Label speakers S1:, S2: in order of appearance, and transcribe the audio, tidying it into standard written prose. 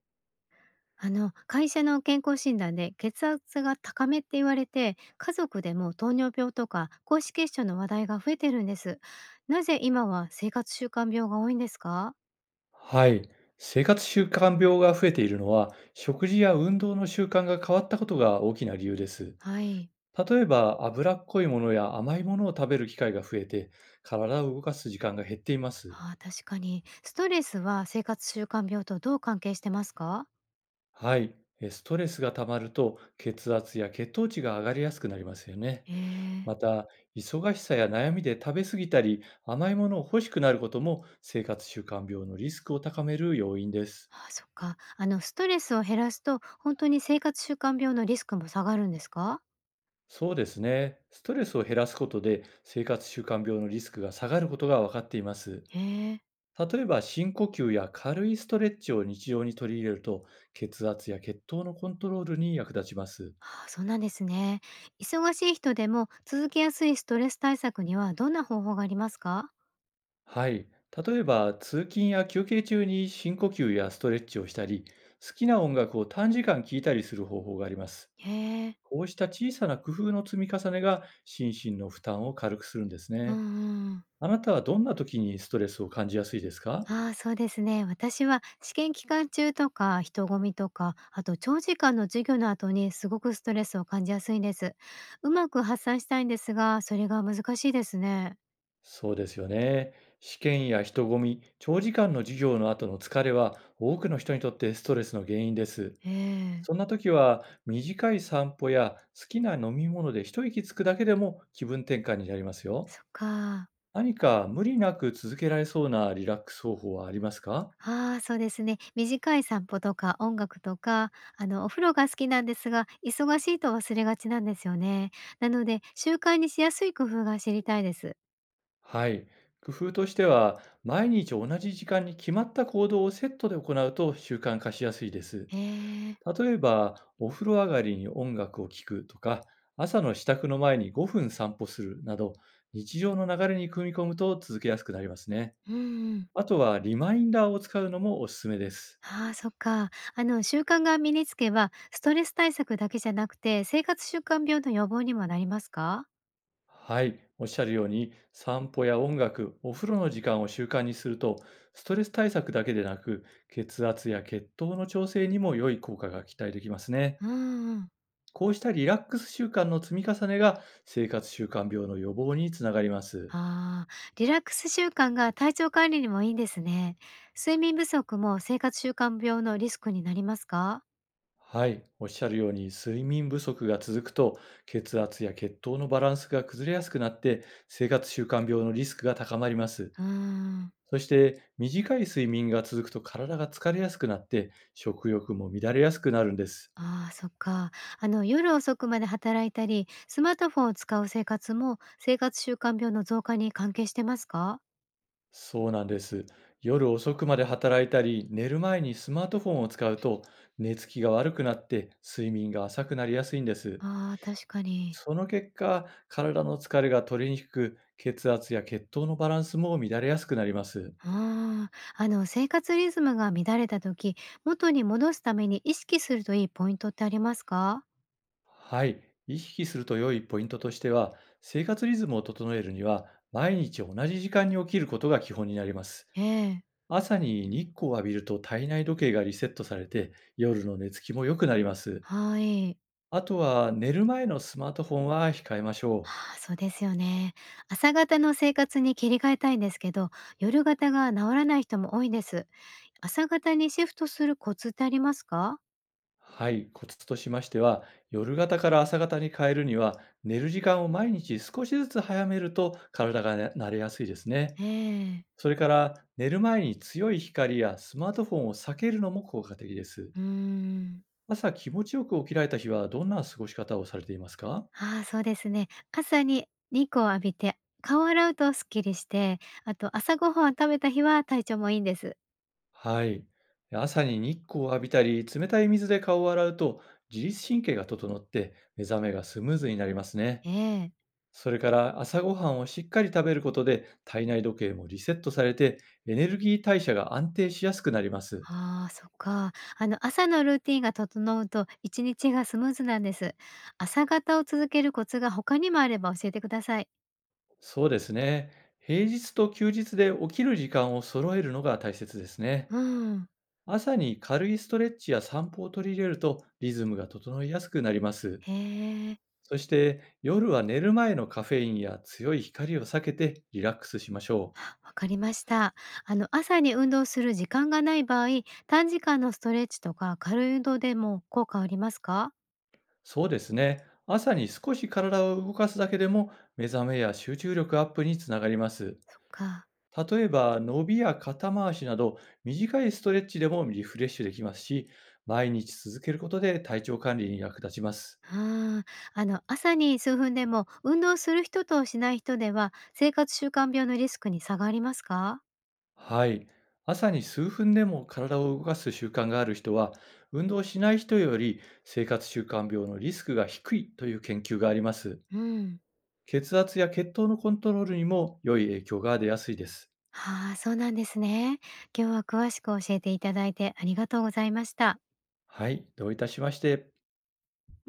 S1: 会社の健康診断で血圧が高めって言われて、家族でも糖尿病とか高脂血症の話題が増えてるんです。なぜ今は生活習慣病が多いんですか？
S2: はい。生活習慣病が増えているのは、食事や運動の習慣が変わったことが大きな理由です。
S1: はい。
S2: 例えば、脂っこいものや甘いものを食べる機会が増えて、体を動かす時間が減っています。
S1: ああ、確かに。ストレスは生活習慣病とどう関係してますか？
S2: はい。ストレスが溜まると、血圧や血糖値が上がりやすくなりますよね。
S1: え
S2: ま
S1: え。
S2: た、忙しさや悩みで食べ過ぎたり、甘いものを欲しくなることも、生活習慣病のリスクを高める要因です。
S1: ああ、そっか。ストレスを減らすと、本当に生活習慣病のリスクも下がるんですか？
S2: そうですね。ストレスを減らすことで生活習慣病のリスクが下がることが分かっています。
S1: ええ。
S2: 例えば深呼吸や軽いストレッチを日常に取り入れると、血圧や血糖のコントロールに役立ちます。
S1: ああ、そうなんですね。忙しい人でも続けやすいストレス対策にはどんな方法がありますか？
S2: はい。例えば通勤や休憩中に深呼吸やストレッチをしたり、好きな音楽を短時間聴いたりする方法があります。
S1: へえ。
S2: こうした小さな工夫の積み重ねが心身の負担を軽くするんです
S1: うん
S2: ね。
S1: うん。
S2: あなたはどんな時にストレスを感じやすいですか？
S1: ああ、そうですね。私は試験期間中とか人混みとか、あと長時間の授業の後にすごくストレスを感じやすいんです。うまく発散したいんですが、それが難しいですね。
S2: そうですよね。試験や人混み、長時間の授業の後の疲れは多くの人にとってストレスの原因です。
S1: ええ、
S2: そんな時は短い散歩や好きな飲み物で一息つくだけでも気分転換になりますよ。
S1: そっか。
S2: 何か無理なく続けられそうなリラックス方法はありますか？
S1: ああ、そうですね。短い散歩とか音楽とか、お風呂が好きなんですが、忙しいと忘れがちなんですよね。なので、習慣にしやすい工夫が知りたいです。
S2: はい。工夫としては、毎日同じ時間に決まった行動をセットで行うと習慣化しやすいです。
S1: へえ、
S2: 例えば、お風呂上がりに音楽を聴くとか、朝の支度の前に5分散歩するなど、日常の流れに組み込むと続けやすくなりますね。
S1: うんうん。
S2: あとは、リマインダーを使うのもおすすめです。
S1: ああ、そっか。習慣が身につけば、ストレス対策だけじゃなくて、生活習慣病の予防にもなりますか？
S2: はい、おっしゃるように、散歩や音楽、お風呂の時間を習慣にすると、ストレス対策だけでなく、血圧や血糖の調整にも良い効果が期待できますね。
S1: うんうん。
S2: こうしたリラックス習慣の積み重ねが生活習慣病の予防につながります。
S1: ああ、リラックス習慣が体調管理にもいいんですね。睡眠不足も生活習慣病のリスクになりますか？
S2: はい、おっしゃるように、睡眠不足が続くと、血圧や血糖のバランスが崩れやすくなって、生活習慣病のリスクが高まります。
S1: うーん。
S2: そして短い睡眠が続くと、体が疲れやすくなって食欲も乱れやすくなるんです。
S1: ああ、そっか。夜遅くまで働いたり、スマートフォンを使う生活も、生活習慣病の増加に関係してますか？
S2: そうなんです。夜遅くまで働いたり寝る前にスマートフォンを使うと、寝つきが悪くなって睡眠が浅くなりやすいんです。
S1: ああ確かに。
S2: その結果、体の疲れが取れにくく、血圧や血糖のバランスも乱れやすくなります。
S1: ああ、生活リズムが乱れた時、元に戻すために意識するといいポイントってありますか？
S2: はい。意識すると良いポイントとしては、生活リズムを整えるには、毎日同じ時間に起きることが基本になります。
S1: ええ、
S2: 朝に日光を浴びると体内時計がリセットされて、夜の寝つきも良くなります。
S1: はい。
S2: あとは、寝る前のスマートフォンは控えましょう。
S1: ああ、そうですよね。朝方の生活に切り替えたいんですけど、夜型が治らない人も多いです。朝型にシフトするコツってありますか？
S2: はい。コツとしましては、夜型から朝型に変えるには、寝る時間を毎日少しずつ早めると体が慣れやすいですね。
S1: ええ、
S2: それから寝る前に強い光やスマートフォンを避けるのも効果的です。
S1: うーん。
S2: 朝気持ちよく起きられた日は、どんな過ごし方をされていますか？
S1: ああ、そうですね。朝に日光を浴びて、顔を洗うとすっきりして、あと朝ごはんを食べた日は体調もいいんです。
S2: はい。朝に日光を浴びたり、冷たい水で顔を洗うと、自律神経が整って目覚めがスムーズになりますね。
S1: ええ。
S2: それから朝ごはんをしっかり食べることで体内時計もリセットされて、エネルギー代謝が安定しやすくなります。
S1: ああ、そっか。あの朝のルーティンが整うと一日がスムーズなんです。朝方を続けるコツが他にもあれば教えてください。
S2: そうですね。平日と休日で起きる時間を揃えるのが大切ですね。
S1: うん。
S2: 朝に軽いストレッチや散歩を取り入れると、リズムが整いやすくなります。
S1: へえ、
S2: そして夜は寝る前のカフェインや強い光を避けてリラックスしましょう。
S1: あ、わかりました。あの朝に運動する時間がない場合、短時間のストレッチとか軽い運動でも効果ありますか？
S2: そうですね。朝に少し体を動かすだけでも、目覚めや集中力アップにつながります。
S1: そっか。
S2: 例えば伸びや肩回しなど、短いストレッチでもリフレッシュできますし、毎日続けることで体調管理に役立ちます。
S1: ああ、あの朝に数分でも運動する人としない人では生活習慣病のリスクに差がありますか？
S2: はい。朝に数分でも体を動かす習慣がある人は、運動しない人より生活習慣病のリスクが低いという研究があります。
S1: うん。
S2: 血圧や血糖のコントロールにも良い影響が出やすいです。
S1: ああ、そうなんですね。今日は詳しく教えていただいてありがとうございました。
S2: はい。どういたしまして。